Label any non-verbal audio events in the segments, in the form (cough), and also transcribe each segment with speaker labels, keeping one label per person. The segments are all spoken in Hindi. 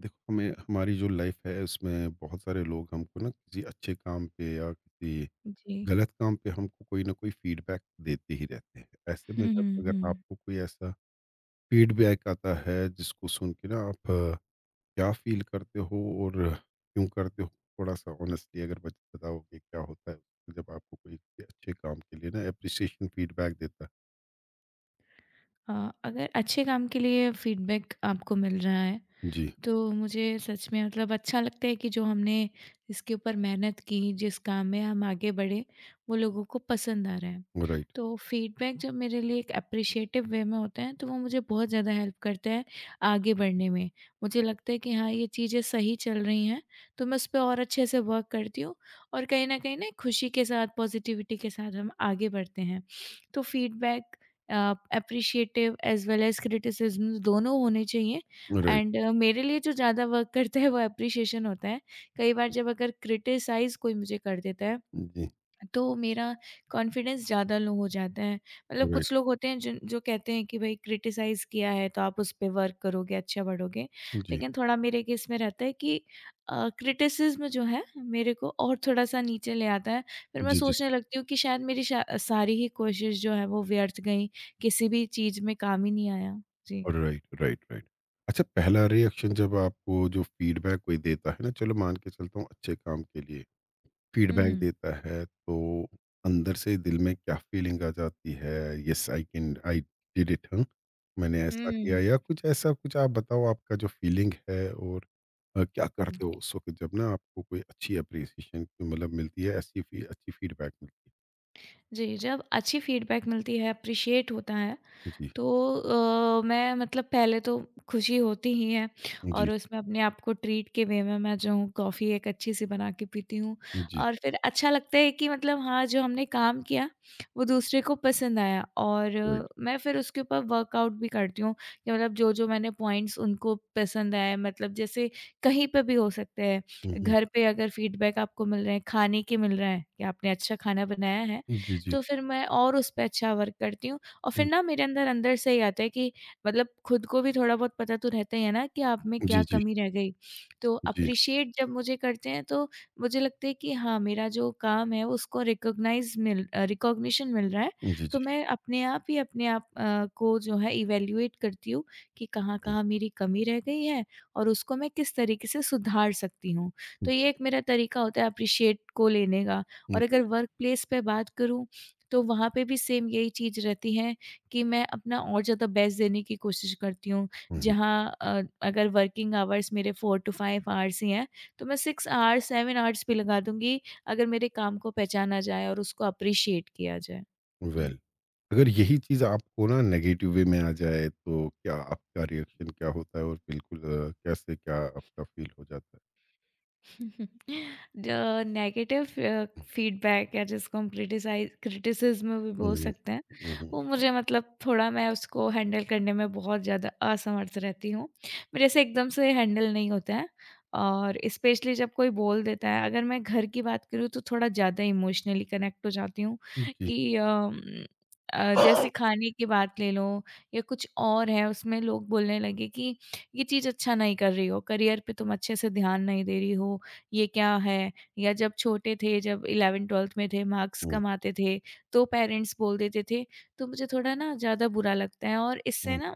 Speaker 1: देखो, हमें हमारी जो लाइफ है उसमें बहुत सारे लोग हमको ना किसी अच्छे काम पे या किसी
Speaker 2: जी।
Speaker 1: गलत काम पे हमको कोई ना कोई फीडबैक देते ही रहते हैं। ऐसे में
Speaker 2: हुँ,
Speaker 1: जब
Speaker 2: हुँ,
Speaker 1: अगर
Speaker 2: हुँ।
Speaker 1: आपको कोई ऐसा फीडबैक आता है जिसको सुन के ना आप क्या फील करते हो और क्यों करते हो, थोड़ा सा ऑनेस्टली अगर बताओगे क्या होता है जब आपको कोई किसी अच्छे काम के लिए ना अप्रिसिएशन फीडबैक देता
Speaker 2: अगर अच्छे काम के लिए फीडबैक आपको मिल रहा है,
Speaker 1: है। जी।
Speaker 2: तो मुझे सच में मतलब अच्छा लगता है कि जो हमने इसके ऊपर मेहनत की, जिस काम में हम आगे बढ़े, वो लोगों को पसंद आ रहा है।
Speaker 1: राइट।
Speaker 2: तो फीडबैक जब मेरे लिए एक एप्रिशिएटिव वे में होता है, तो वो मुझे बहुत ज़्यादा हेल्प करता है आगे बढ़ने में। मुझे लगता है कि हाँ, ये चीज़ें सही चल रही हैं, तो मैं उस पे और अच्छे से वर्क करती हूँ और कहीं न कहीं ना एक खुशी के साथ, पॉज़िटिविटी के साथ हम आगे बढ़ते हैं। तो feedback appreciative as well as criticism दोनों होने चाहिए।
Speaker 1: राइट।
Speaker 2: एंड मेरे लिए जो ज़्यादा वर्क करता है वो एप्रिसिएशन होता है। कई बार जब अगर क्रिटिसाइज़ कोई मुझे कर देता है,
Speaker 1: जी।
Speaker 2: तो मेरा कॉन्फिडेंस ज़्यादा लो हो जाता है। मतलब कुछ
Speaker 1: राइट।
Speaker 2: लोग होते हैं जिन जो कहते हैं कि भई क्रिटिसाइज़ किया है तो आप उस पे वर्क करोगे, अच्छा बढ़ोगे।
Speaker 1: जी।
Speaker 2: लेकिन थोड़ा मेरे केस में रहता है कि क्रिटिसिज़्म जो है मेरे को और थोड़ा-सा नीचे ले आता है। फिर मैं
Speaker 1: जी। जी।
Speaker 2: सोचने लगती हूँ कि शायद मेरी शा सारी ही कोशिश जो है वो व्यर्थ गई, किसी भी चीज़ में काम ही नहीं आया। जी।
Speaker 1: राइट। राइट। राइट। अच्छा, पहला रिएक्शन जब आपको जो फीडबैक कोई देता है ना, चलो मान के चलता हूँ अच्छे काम के लिए
Speaker 2: हुँ,
Speaker 1: फीडबैक
Speaker 2: हुँ।
Speaker 1: देता है तो अंदर से दिल में क्या फीलिंग आ जाती है? Yes I can. I did it. Hmm. मैंने ऐसा किया या कुछ ऐसा, कुछ आप बताओ आपका जो फीलिंग है। और क्या करते हो
Speaker 2: हुँ।
Speaker 1: उस वक्त जब ना आपको कोई अच्छी अप्रिसिएशन मतलब मिलती है, ऐसी अच्छी फीडबैक मिलती
Speaker 2: जी, जब अच्छी फ़ीडबैक मिलती है, एप्रिशिएट होता है,
Speaker 1: है। जी।
Speaker 2: तो मैं मतलब पहले तो खुशी होती ही है
Speaker 1: जी।
Speaker 2: और उसमें अपने आप को ट्रीट के वे में मैं जो हूँ कॉफ़ी एक अच्छी-सी बना के पीती हूँ।
Speaker 1: जी।
Speaker 2: और फिर अच्छा लगता है कि मतलब हाँ, जो हमने काम किया वो दूसरे को पसंद आया, और
Speaker 1: राइट।
Speaker 2: मैं फिर उसके ऊपर वर्कआउट भी करती हूँ कि मतलब जो-जो मैंने पॉइंट्स उनको पसंद आए, मतलब जैसे कहीं पे भी हो सकते हैं।
Speaker 1: हम्म। हम्म।
Speaker 2: घर पे अगर फीडबैक आपको मिल रहे हैं, खाने के मिल रहे हैं कि आपने अच्छा खाना बनाया है,
Speaker 1: जी। जी।
Speaker 2: तो फिर मैं और उस पे अच्छा वर्क करती हूँ। और फिर
Speaker 1: जी।
Speaker 2: ना मेरे अंदर अंदर से ही आता है कि मतलब खुद को भी थोड़ा बहुत पता तो रहता ही है ना कि आप में
Speaker 1: जी।
Speaker 2: क्या
Speaker 1: जी।
Speaker 2: कमी रह गई। तो अप्रिशिएट जब मुझे करते हैं तो मुझे लगता है कि हाँ, मेरा जो काम है उसको रिकॉग्निशन मिल रहा है।
Speaker 1: जी।
Speaker 2: तो
Speaker 1: जी।
Speaker 2: मैं अपने आप ही अपने आप को जो है इवैल्यूएट करती हूँ कि
Speaker 1: जी।
Speaker 2: कहाँ-कहाँ मेरी कमी रह गई है और उसको मैं किस तरीके से सुधार सकती हूँ।
Speaker 1: हुँ।
Speaker 2: तो ये एक मेरा तरीका होता है अप्रिशिएट को लेने का। और अगर वर्क प्लेस पे बात करूँ, तो वहाँ पे भी सेम यही चीज़ रहती है कि मैं अपना और ज़्यादा बेस्ट देने की कोशिश करती हूँ।
Speaker 1: हुँ।
Speaker 2: जहाँ अगर वर्किंग आवर्स मेरे 4 टू 5 आवर्स ही हैं, तो मैं 6 आवर्स, 7 आवर्स भी लगा दूँगी, अगर मेरे काम को पहचाना जाए और उसको अप्रिशिएट किया जाए।
Speaker 1: वेल,
Speaker 2: जी।
Speaker 1: अगर यही चीज़ आपको ना नेगेटिव वे में आ जाए तो क्या आपका रिएक्शन क्या होता है और बिल्कुल कैसे क्या आपका फ़ील हो जाता
Speaker 2: (laughs) जो नेगेटिव
Speaker 1: है?
Speaker 2: फीडबैक या जिसको हम क्रिटिसाइज क्रिटिसिज्म भी बोल
Speaker 1: हुँ।
Speaker 2: सकते हैं,
Speaker 1: हुँ। हुँ।
Speaker 2: वो मुझे मतलब थोड़ा, मैं उसको हैंडल करने में बहुत ज़्यादा असमर्थ रहती हूँ। मेरे से एकदम से हैंडल नहीं होता है और स्पेशली जब कोई बोल देता है, अगर मैं घर की बात करूँ, तो थोड़ा ज़्यादा इमोशनली कनेक्ट हो जाती हूँ
Speaker 1: हुँ। जी।
Speaker 2: कि जैसे खाने की बात ले लो, या कुछ और है उसमें लोग बोलने लगे कि ये चीज़ अच्छा नहीं कर रही हो, करियर पे तुम अच्छे से ध्यान नहीं दे रही हो, ये क्या है? या जब छोटे थे, जब 11th-12th में थे, मार्क्स
Speaker 1: हुँ।
Speaker 2: कम आते थे, तो पेरेंट्स बोल देते थे, तो मुझे थोड़ा ना ज़्यादा बुरा लगता है। और इससे
Speaker 1: हुँ।
Speaker 2: ना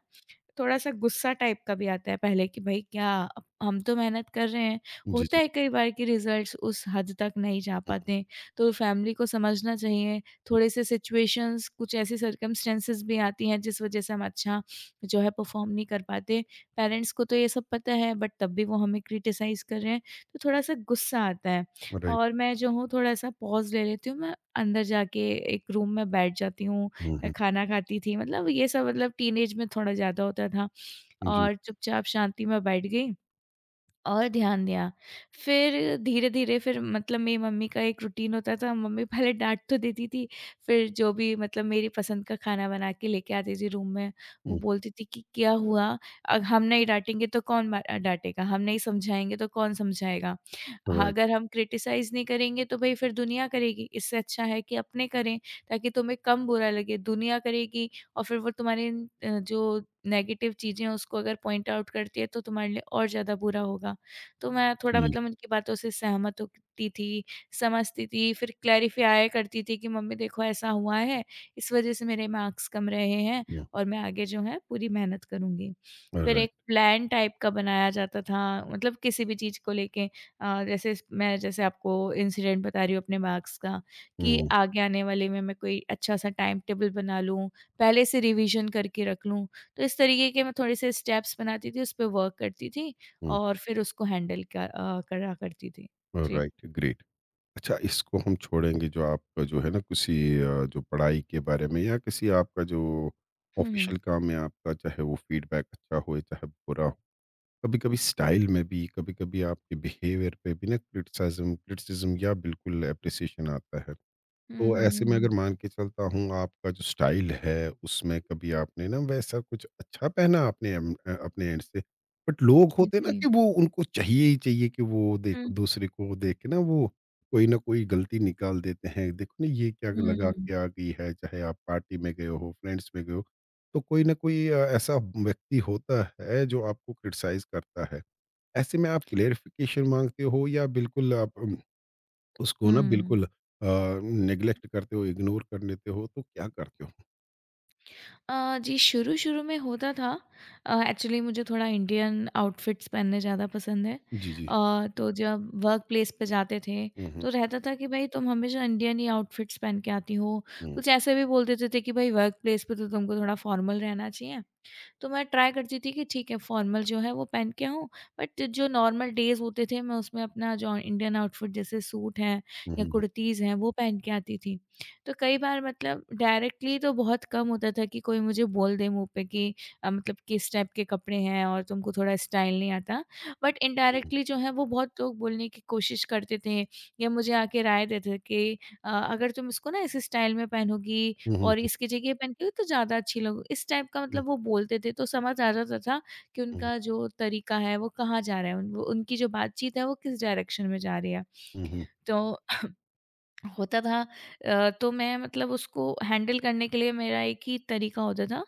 Speaker 2: थोड़ा-सा गुस्सा टाइप का भी आता है पहले, कि भाई क्या, अब हम तो मेहनत कर रहे हैं।
Speaker 1: जी।
Speaker 2: होता
Speaker 1: जी।
Speaker 2: है कई बार कि रिज़ल्ट्स उस हद तक नहीं जा
Speaker 1: हुँ।
Speaker 2: पाते, तो फैमिली को समझना चाहिए।
Speaker 1: हुँ।
Speaker 2: थोड़े-से सिचुएशंस, कुछ ऐसी सर्कमस्टेंसेस भी आती हैं जिस वज़ह से हम अच्छा जो है परफ़ॉर्म नहीं कर पाते। पेरेंट्स को तो ये सब पता है, बट तब भी वो हमें क्रिटिसाइज़ कर रहे हैं, तो थोड़ा-सा गुस्सा आता है।
Speaker 1: हुँ। राइट।
Speaker 2: और मैं जो हूँ थोड़ा-सा पॉज़ ले लेती हूँ, मैं अंदर जाके एक रूम में बैठ जाती हूँ।
Speaker 1: हुँ।
Speaker 2: खाना खाती थी, मतलब ये सब, मतलब टीनेज में थोड़ा ज़्यादा होता था,
Speaker 1: हुँ। जी।
Speaker 2: और चुपचाप शांति में बैठ गई और ध्यान दिया। फिर धीरे-धीरे, फिर मतलब मेरी मम्मी का एक रूटीन होता था, मम्मी पहले डाँट तो देती थी, फिर जो भी मतलब मेरी पसंद का खाना बना के लेके आती थी रूम में, वो
Speaker 1: हुँ।
Speaker 2: बोलती थी कि क्या हुआ? अब हम नहीं डाँटेंगे तो कौन डाँटेगा? हम नहीं समझाएँगे तो कौन समझाएगा? हाँ,
Speaker 1: राइट।
Speaker 2: अगर हम क्रिटिसाइज़ नहीं करेंगे तो भई फिर दुनिया करेगी, इससे अच्छा है कि अपने करें ताकि तुम्हें कम बुरा लगे। दुनिया करेगी और फिर वो तुम्हारे जो नेगेटिव चीज़ें हैं उसको अगर पॉइंट आउट करती है, तो तुम्हारे लिए और ज़्यादा बुरा होगा। तो मैं थोड़ा
Speaker 1: जी।
Speaker 2: मतलब उनकी बातों से सहमत होती थी, समझती थी, फिर क्लैरिफ़ाई करती थी कि मम्मी देखो ऐसा हुआ है, इस वज़ह से मेरे मार्क्स कम रहे हैं
Speaker 1: हुँ।
Speaker 2: और मैं आगे जो है पूरी मेहनत करूँगी। फिर
Speaker 1: राइट।
Speaker 2: एक प्लान टाइप का बनाया जाता था मतलब किसी भी चीज़ को लेके, जैसे इस मैं जैसे आपको इंसिडेंट बता रही हूँ अपने मार्क्स का कि
Speaker 1: हुँ।
Speaker 2: आगे आने वाले में मैं कोई अच्छा-सा टाइम टेबल बना लूँ, पहले से रिवीजन करके रख लूँ। तो इस तरीके के मैं थोड़े से स्टेप्स बनाती थी, उस पे वर्क करती थी
Speaker 1: हुँ।
Speaker 2: और फिर उसको हैंडल करा करती थी। जी।
Speaker 1: राइट। ग्रेट। अच्छा, इसको हम छोड़ेंगे। जो आपका जो है ना किसी जो पढ़ाई के बारे में या किसी आपका जो
Speaker 2: हुँ, हुँ।
Speaker 1: ऑफ़िशियल काम है आपका, चाहे वो फ़ीडबैक अच्छा हो चाहे बुरा हो, कभी-कभी स्टाइल में भी, कभी-कभी आपके बिहेवियर पे भी ना क्रिटिसिज़्म क्रिटिसिज़्म या बिल्कुल एप्रिसिएशन आता है।
Speaker 2: हुँ, हुँ,
Speaker 1: तो ऐसे
Speaker 2: हुँ,
Speaker 1: में अगर
Speaker 2: हुँ।
Speaker 1: मान के चलता हूँ आपका जो स्टाइल है उसमें कभी आपने ना वैसा कुछ अच्छा पहना आपने अपने एंड से, बट लोग होते ना
Speaker 2: जी।
Speaker 1: कि वो उनको चाहिए ही चाहिए कि वो देखो
Speaker 2: हुँ,
Speaker 1: दूसरे को देख के ना वो कोई ना कोई गलती निकाल देते हैं, देखो ना ये क्या लगा
Speaker 2: हुँ,
Speaker 1: के आ गई है, चाहे आप पार्टी में गए हो फ्रेंड्स में गए हो तो कोई ना कोई ऐसा व्यक्ति होता है जो आपको क्रिटिसाइज करता है। ऐसे में आप क्लेरिफिकेशन मांगते हो या बिल्कुल आप उसको ना
Speaker 2: हुँ।
Speaker 1: बिल्कुल नेग्लेक्ट करते हो, इग्नोर कर लेते हो, तो क्या करते हो?
Speaker 2: जी, शुरू-शुरू में होता था। एक्चुअली मुझे थोड़ा इंडियन आउटफिट्स पहनने ज़्यादा पसंद है।
Speaker 1: जी। जी।
Speaker 2: तो जब वर्क प्लेस पे जाते थे,
Speaker 1: हुँ। हुँ।
Speaker 2: तो रहता था कि भई तुम हमेशा इंडियन ही आउटफिट्स पहन के आती हो।
Speaker 1: हुँ।
Speaker 2: कुछ ऐसे भी बोल देते थे कि भई वर्क प्लेस पे तो तुमको थोड़ा फॉर्मल रहना चाहिए, तो मैं ट्राई करती थी कि ठीक है, फॉर्मल जो है वो पहन के आऊँ, बट जो नॉर्मल डेज होते थे, मैं उसमें अपना जो इंडियन आउटफिट जैसे सूट है
Speaker 1: हुँ।
Speaker 2: या
Speaker 1: हुँ।
Speaker 2: कुर्तीज़ हैं, वो पहन के आती थी। तो कई बार मतलब डायरेक्टली तो बहुत कम होता था कि कोई मुझे बोल दे मुँह पे कि मतलब किस टाइप के कपड़े हैं और तुमको थोड़ा स्टाइल नहीं आता। But
Speaker 1: hmm.
Speaker 2: इनडायरेक्टली जो है वो बहुत लोग बोलने की कोशिश करते थे, या मुझे आके राय देते थे कि अगर तुम इसको ना इस स्टाइल में पहनोगी
Speaker 1: हुँ। हुँ।
Speaker 2: और
Speaker 1: हुँ।
Speaker 2: इसकी जगह पहन के तो ज़्यादा अच्छी लगो, इस टाइप का
Speaker 1: हुँ।
Speaker 2: मतलब वो बोलते थे, तो समझ आ जाता था कि उनका जो तरीका है वो कहाँ जा रहा है, उन वो उनकी जो बातचीत है वो किस डायरेक्शन में जा रही है।
Speaker 1: हुँ। हुँ।
Speaker 2: तो होता था। तो मैं मतलब उसको हैंडल करने के लिए मेरा एक ही तरीका होता था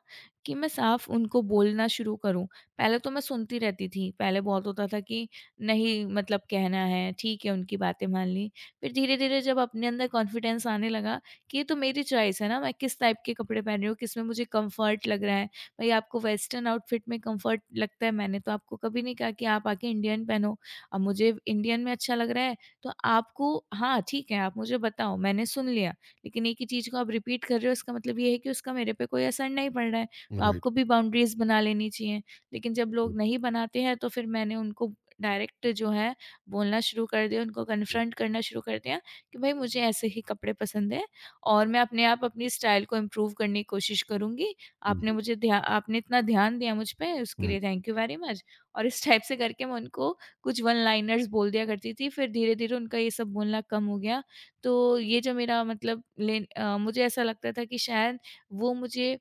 Speaker 2: कि मैं साफ उनको बोलना शुरू करूं। पहले तो मैं सुनती रहती थी, पहले बहुत होता था कि नहीं, मतलब कहना है ठीक है, उनकी बातें मान ली। फिर धीरे धीरे जब अपने अंदर कॉन्फिडेंस आने लगा कि ये तो मेरी चॉइस है ना, मैं किस टाइप के कपड़े पहन रही हूँ, किस में मुझे कंफर्ट लग रहा है। भाई आपको वेस्टर्न आउटफिट में कंफर्ट लगता है, मैंने तो आपको कभी नहीं कहा कि आप आके इंडियन पहनो, अब मुझे इंडियन में अच्छा लग रहा है, तो आपको। हाँ, ठीक है, आप मुझे बताओ, मैंने सुन लिया, लेकिन एक ही चीज़ को आप रिपीट कर रहे हो, इसका मतलब ये है कि उसका मेरे पे कोई असर नहीं पड़ रहा है,
Speaker 1: हुँ।
Speaker 2: तो
Speaker 1: राइट।
Speaker 2: आपको भी बाउंड्रीज़ बना लेनी चाहिए। लेकिन जब
Speaker 1: जी।
Speaker 2: लोग नहीं बनाते हैं, तो फिर मैंने उनको डायरेक्ट जो है, बोलना शुरू कर दिया, उनको
Speaker 1: हुँ।
Speaker 2: कन्फ्रंट करना शुरू कर दिया कि भई मुझे ऐसे ही कपड़े पसंद हैं और मैं अपने आप अपनी स्टाइल को इम्प्रूव करने की कोशिश करूँगी।
Speaker 1: हुँ।
Speaker 2: आपने इतना ध्यान दिया मुझ पे, उसके
Speaker 1: हुँ।
Speaker 2: लिए थैंक यू वेरी मच। और इस टाइप से करके मैं उनको कुछ वन लाइनर्स बोल दिया करती थी, फिर धीरे-धीरे उनका ये सब बोलना कम हो गया। तो ये जो मेरा मतलब मुझे ऐसा लगता था कि शायद वो मुझे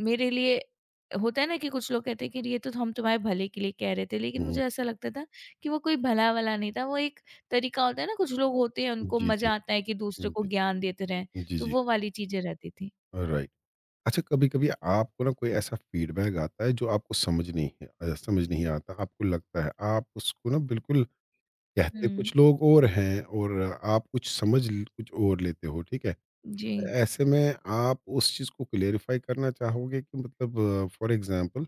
Speaker 2: मेरे लिए, होता है ना कि कुछ लोग कहते हैं कि ये तो हम तुम्हारे भले के लिए कह रहे थे, लेकिन
Speaker 1: हुँ।
Speaker 2: मुझे ऐसा लगता था कि वो कोई भला-वला नहीं था, वो एक तरीका होता है ना, कुछ लोग होते हैं
Speaker 1: हुँ।
Speaker 2: उनको
Speaker 1: जी। जी।
Speaker 2: मज़ा आता है कि दूसरे
Speaker 1: हुँ।
Speaker 2: को
Speaker 1: जी।
Speaker 2: ज्ञान देते रहें,
Speaker 1: जी।
Speaker 2: तो
Speaker 1: जी।
Speaker 2: वो वाली चीज़ें रहती थी।
Speaker 1: राइट। अच्छा, कभी-कभी आपको ना कोई ऐसा फीडबैक आता है जो आपको समझ नहीं है समझ नहीं आता, आपको लगता है आप उसको ना बिल्कुल, कहते
Speaker 2: हुँ।
Speaker 1: कुछ लोग और हैं और आप कुछ समझ ल कुछ और लेते हो, ठीक है?
Speaker 2: जी।
Speaker 1: ऐसे में आप उस चीज़ को क्लेरिफ़ाई करना चाहोगे कि मतलब फ़ॉर एग्ज़ाम्पल,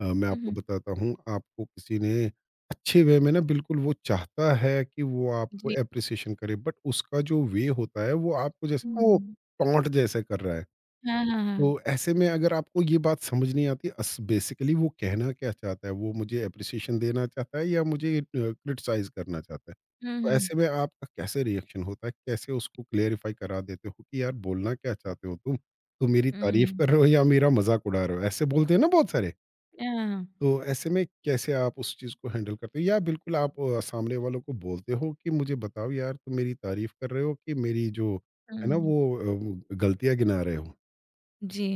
Speaker 1: मैं
Speaker 2: हुँ,
Speaker 1: आपको
Speaker 2: हुँ।
Speaker 1: बताता हूँ, आपको किसी ने अच्छे वे में ना बिल्कुल वो चाहता है कि वो आपको
Speaker 2: जी।
Speaker 1: एप्रिसिएशन करे बट उसका जो वे होता है वो आपको जैसे ना वो
Speaker 2: हुँ।
Speaker 1: टॉन्ट जैसे कर रहा है।
Speaker 2: हाँ, हाँ, हाँ।
Speaker 1: तो ऐसे में अगर आपको ये बात समझ नहीं आती अस बेसिकली वो कहना क्या चाहता है? वो मुझे एप्रिसिएशन देना चाहता है या मुझे क्रिटिसाइज़ करना चाहता है?
Speaker 2: हुँ,
Speaker 1: तो
Speaker 2: हुँ।
Speaker 1: ऐसे में आपका कैसे रिएक्शन होता है? कैसे उसको क्लेरिफ़ाई करा देते हो कि यार बोलना क्या चाहते हो तुम? तुम मेरी
Speaker 2: हुँ,
Speaker 1: तारीफ़
Speaker 2: हुँ।
Speaker 1: कर रहे हो या मेरा मज़ाक उड़ा रहे हो? ऐसे बोलते हैं ना बहुत सारे।
Speaker 2: हाँ।
Speaker 1: तो ऐसे में कैसे आप उस चीज़ को हैंडल करते हो या बिल्कुल आप सामने वालों को बोलते हो कि मुझे बताओ यार, तुम मेरी तारीफ़ कर रहे हो कि मेरी जो है ना
Speaker 2: हुँ,
Speaker 1: वो गलतियाँ गिना रहे हो?
Speaker 2: जी।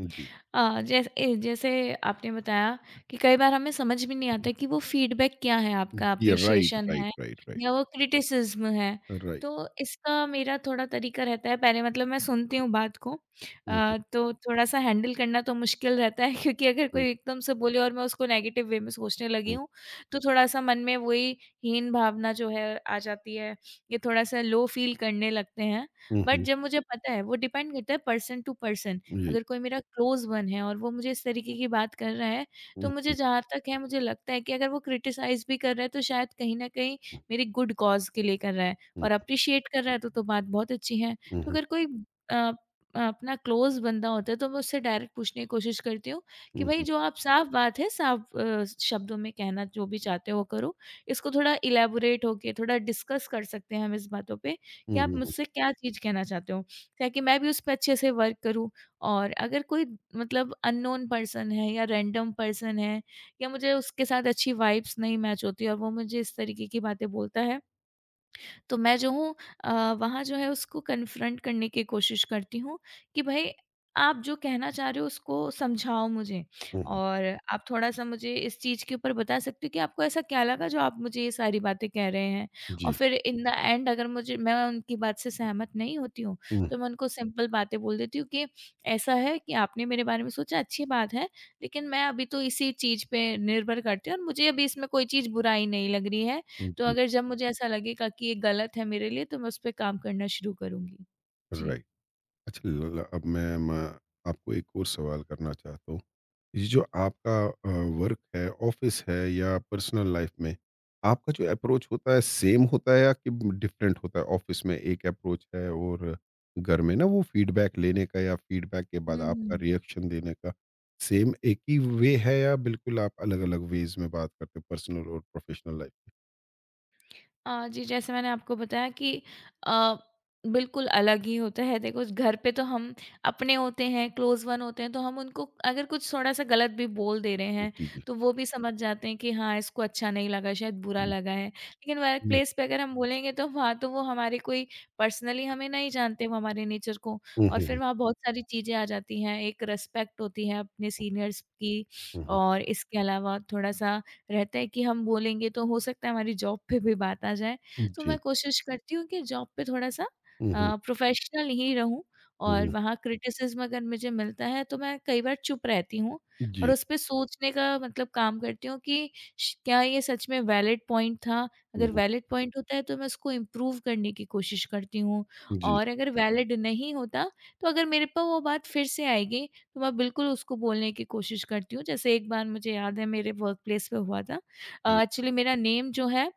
Speaker 1: जी।
Speaker 2: जैसे जैसे आपने बताया कि कई बार हमें समझ भी नहीं आता कि वो फीडबैक क्या है, आपका
Speaker 1: जी। राइट।
Speaker 2: Appreciation
Speaker 1: right.
Speaker 2: है
Speaker 1: राइट। राइट।
Speaker 2: या वो क्रिटिसिज्म है।
Speaker 1: राइट।
Speaker 2: तो इसका मेरा थोड़ा तरीका रहता है, पहले मतलब मैं सुनती हूँ बात को।
Speaker 1: हुँ। हुँ।
Speaker 2: तो थोड़ा-सा हैंडल करना तो मुश्किल रहता है (laughs) क्योंकि अगर
Speaker 1: हुँ।
Speaker 2: कोई एकदम से बोले और मैं उसको नेगेटिव वे में सोचने लगी
Speaker 1: हुँ।
Speaker 2: हूँ, तो थोड़ा-सा मन में वही हीन भावना जो है आ जाती है। ये थोड़ा-सा लो फील करने लगते हैं।
Speaker 1: हुँ।
Speaker 2: बट
Speaker 1: हुँ।
Speaker 2: जब मुझे पता है, वो डिपेंड करता है पर्सन टू पर्सन।
Speaker 1: जी।
Speaker 2: अगर कोई मेरा क्लोज़ वन है और वो मुझे इस तरीके की बात कर रहा है, तो
Speaker 1: हुँ।
Speaker 2: मुझे
Speaker 1: हुँ।
Speaker 2: जहाँ तक है, मुझे लगता है कि अगर वो क्रिटिसाइज़ भी कर रहा है, तो शायद कहीं न कहीं मेरी गुड कॉज़ के लिए कर रहा है
Speaker 1: हुँ।
Speaker 2: और एप्रिशिएट कर रहा है, तो बात बहुत अच्छी है।
Speaker 1: हुँ। हुँ।
Speaker 2: तो
Speaker 1: हुँ।
Speaker 2: अगर कोई अ, अपना क्लोज़ बंदा होता है, तो मैं उससे डायरेक्ट पूछने की कोशिश करती हूँ कि
Speaker 1: हुँ।
Speaker 2: भई,
Speaker 1: हुँ।
Speaker 2: जो आप साफ़ बात है, साफ़ शब्दों में कहना जो भी चाहते हो, वो करो। इसको थोड़ा इलैबोरेट होके थोड़ा डिस्कस कर सकते हैं हम इस बातों पे कि
Speaker 1: हुँ।
Speaker 2: आप
Speaker 1: हुँ।
Speaker 2: मुझसे क्या चीज़ कहना चाहते हो? ताकि मैं भी उस पे अच्छे से वर्क करूँ। और अगर कोई मतलब अननोन पर्सन है या रैंडम पर्सन है, या मुझे उसके साथ अच्छी वाइब्स नहीं मैच होती और वो मुझे इस तरीके की बातें बोलता है, तो मैं जो हूँ, अ, वहाँ जो है उसको कन्फ्रंट करने की कोशिश करती हूँ कि भई, आप जो कहना चाह रहे हो, उसको समझाओ मुझे।
Speaker 1: हुँ। हुँ।
Speaker 2: और आप थोड़ा-सा मुझे इस चीज़ के ऊपर बता सकते हो कि आपको ऐसा क्या लगा जो आप मुझे ये सारी बातें कह रहे हैं? और
Speaker 1: जी।
Speaker 2: फिर इन द एंड, अगर मुझे मैं उनकी बात से सहमत नहीं होती हूँ,
Speaker 1: हुँ।
Speaker 2: तो मैं उनको सिंपल बातें बोल देती हूँ कि ऐसा है कि आपने मेरे बारे में सोचा, अच्छी बात है, लेकिन मैं अभी तो इसी चीज़ पे निर्भर करती हूँ और मुझे अभी इसमें कोई चीज़ बुराई नहीं लग रही है।
Speaker 1: हुँ।
Speaker 2: तो
Speaker 1: जी।
Speaker 2: अगर जब मुझे ऐसा लगेगा कि ये गलत है मेरे लिए, तो मैं उस पे काम करना शुरू करूँगी। जी।
Speaker 1: राइट। अच्छा, ल ल अब मैं आपको एक और सवाल करना चाहता हूँ। ये जो आपका वर्क है, ऑफ़िस है या पर्सनल लाइफ़ में, आपका जो अप्रोच होता है सेम होता है या कि डिफ़रेंट होता है? ऑफ़िस में एक अप्रोच है और घर में ना वो फ़ीडबैक लेने का या फ़ीडबैक के बाद आपका
Speaker 2: हुँ।
Speaker 1: रिएक्शन देने का सेम एक ही वे है या बिल्कुल आप अलग-अलग वेज़ में बात करते हो पर्सनल और प्रोफ़ेशनल लाइफ़ में?
Speaker 2: जी, जैसे मैंने आपको बताया कि अ, बिल्कुल अलग ही होता है। देखो, घर पे तो हम अपने होते हैं, क्लोज़ वन होते हैं, तो हम उनको अगर कुछ थोड़ा-सा गलत भी बोल दे रहे हैं,
Speaker 1: जी। जी।
Speaker 2: तो वो भी समझ जाते हैं कि हाँ, इसको अच्छा नहीं लगा, शायद बुरा लगा है। लेकिन वर्क प्लेस पे अगर हम बोलेंगे, तो वहाँ तो वो हमारे कोई पर्सनली हमें नहीं जानते, वो हमारे नेचर को।
Speaker 1: हुँ।
Speaker 2: और
Speaker 1: हुँ।
Speaker 2: फिर
Speaker 1: हुँ।
Speaker 2: वहाँ बहुत सारी चीज़ें आ जाती हैं। एक रिस्पेक्ट होती है अपने सीनियर्स की
Speaker 1: हुँ। हुँ।
Speaker 2: और इसके अलावा थोड़ा-सा रहता है कि हम बोलेंगे, तो हो सकता है हमारी जॉब पे भी बात आ जाए।
Speaker 1: हुँ।
Speaker 2: तो मैं
Speaker 1: जी।
Speaker 2: कोशिश करती हूँ कि जॉब पे थोड़ा-सा
Speaker 1: हुँ। हुँ।
Speaker 2: प्रोफ़ेशनल ही रहूँ
Speaker 1: हुँ।
Speaker 2: और
Speaker 1: हुँ।
Speaker 2: वहाँ क्रिटिसिज़्म अगर मुझे मिलता है, तो मैं कई बार चुप रहती हूँ और
Speaker 1: जी।
Speaker 2: उसपे सोचने का मतलब काम करती हूँ कि श क्या ये सच में वैलिड पॉइंट था?
Speaker 1: हुँ।
Speaker 2: अगर
Speaker 1: हुँ।
Speaker 2: वैलिड पॉइंट होता है, तो मैं उसको इम्प्रूव करने की कोशिश करती हूँ।
Speaker 1: जी।
Speaker 2: और अगर वैलिड नहीं होता, तो अगर मेरे पे वो बात फिर से आएगी, तो मैं बिल्कुल उसको बोलने की कोशिश करती हूँ। जैसे एक बार मुझे याद है, मेरे वर्क प्लेस पे हुआ था।
Speaker 1: हुँ।
Speaker 2: एक्चुअली मेरा नेम जो है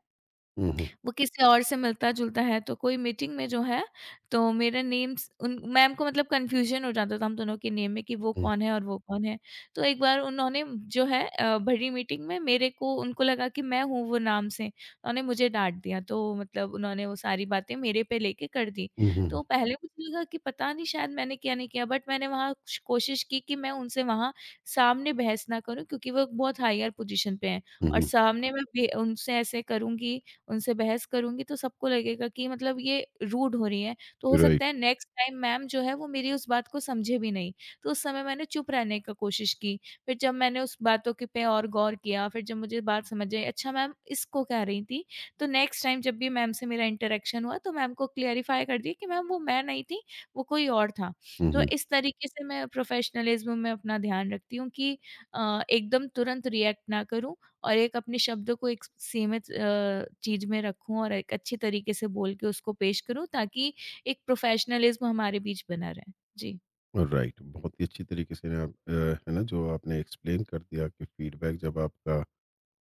Speaker 1: हुँ। हुँ।
Speaker 2: वो किसी और से मिलता-जुलता है, तो कोई मीटिंग में जो है, तो मेरा नेम्स उन मैम को मतलब कन्फ्यूज़न हो जाता था हम दोनों के नेम में कि वो
Speaker 1: हुँ।
Speaker 2: कौन है और वो कौन है। तो एक बार उन्होंने जो है भरी मीटिंग में मेरे को, उनको लगा कि मैं हूँ वो नाम से, उन्होंने मुझे डाँट दिया। तो मतलब उन्होंने वो सारी बातें मेरे पे लेके कर दी।
Speaker 1: हुँ। हुँ।
Speaker 2: तो पहले मुझे लगा कि पता नहीं, शायद मैंने किया, नहीं किया, बट मैंने वहाँ कुछ कोशिश की कि मैं उनसे वहाँ सामने बहस ना करूँ, क्योंकि वो बहुत हायर पोजीशन पे हैं
Speaker 1: हुँ।
Speaker 2: और
Speaker 1: हुँ,
Speaker 2: सामने मैं बे उनसे ऐसे करूँगी, उनसे बहस करूँगी, तो सबको लगेगा कि मतलब ये रूड हो रही है। तो हो
Speaker 1: राइट।
Speaker 2: सकता है नेक्स्ट टाइम मैम जो है, वो मेरी उस बात को समझे भी नहीं। तो उस समय मैंने चुप रहने का कोशिश की। फिर जब मैंने उस बातों के पे और गौर किया, फिर जब मुझे बात समझ आई, अच्छा, मैम इसको कह रही थी। तो नेक्स्ट टाइम जब भी मैम से मेरा इंटरेक्शन हुआ, तो मैम को क्लेरिफ़ाई कर दिया कि मैम, वो मैं नहीं थी, वो कोई और था।
Speaker 1: हुँ।
Speaker 2: तो
Speaker 1: हुँ।
Speaker 2: इस तरीके से मैं प्रोफ़ेशनलिज़्म में अपना ध्यान रखती हूँ कि एकदम तुरंत रिएक्ट ना करूँ और एक अपने शब्दों को एक सीमित चीज़ में रखूँ और एक अच्छे तरीके से बोल के उसको पेश करूँ ताकि एक प्रोफेशनलिज़्म हमारे बीच बना रहे। जी।
Speaker 1: राइट। बहुत ही अच्छी तरीके से ना आप है ना, जो आपने एक्सप्लेन कर दिया कि फीडबैक जब आपका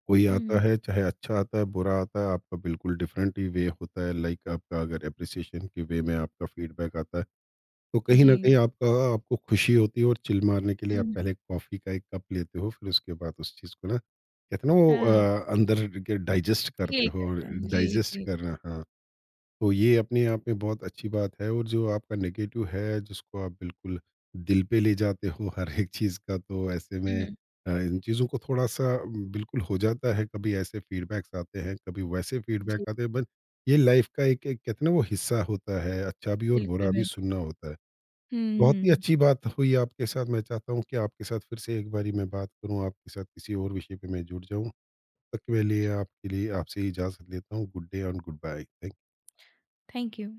Speaker 1: कोई आता
Speaker 2: हुँ,
Speaker 1: है, चाहे अच्छा आता है, बुरा आता है, आपका बिल्कुल डिफरेंट ही वे होता है। लाइक आपका अगर एप्रिसिएशन के वे में आपका फीडबैक आता है, तो कहीं न कहीं
Speaker 2: जी।
Speaker 1: आपका आपको खुशी होती है और चिल मारने के लिए आप
Speaker 2: हुँ।
Speaker 1: पहले कॉफ़ी का एक कप लेते हो, फिर उसके बाद उस चीज़ को ना कहते हैं ना वो
Speaker 2: हाँ।
Speaker 1: अंदर के डाइजेस्ट करते
Speaker 2: फील
Speaker 1: हो,
Speaker 2: करते हैं। जी,
Speaker 1: डाइजेस्ट
Speaker 2: जी, जी।
Speaker 1: करना, हाँ। तो ये अपने आप में बहुत अच्छी बात है। और जो आपका नेगेटिव है जिसको आप बिल्कुल दिल पे ले जाते हो (laughs) हर एक चीज़ का, तो ऐसे
Speaker 2: हुँ,
Speaker 1: में
Speaker 2: हुँ।
Speaker 1: इन चीज़ों को थोड़ा-सा बिल्कुल हो जाता है। कभी ऐसे फीडबैक्स आते हैं, कभी वैसे फीडबैक
Speaker 2: जी,
Speaker 1: आते हैं, बट ये लाइफ का एक एक कहते हैं ना वो हिस्सा होता है, अच्छा भी और
Speaker 2: बिल्कुल,
Speaker 1: बुरा भी
Speaker 2: बिल्कुल।
Speaker 1: सुनना होता है।
Speaker 2: हुँ,
Speaker 1: बहुत
Speaker 2: हुँ,
Speaker 1: ही
Speaker 2: हुँ।
Speaker 1: अच्छी बात हुई आपके साथ, मैं चाहता हूँ कि आपके साथ फिर से एक बारी मैं बात करूँ, आपके साथ किसी और विषय पे मैं जुड़ जाऊँ। तब तक के लिए आपके लिए आपसे इजाज़त लेता हूँ। Good day and goodbye.
Speaker 2: Thank you.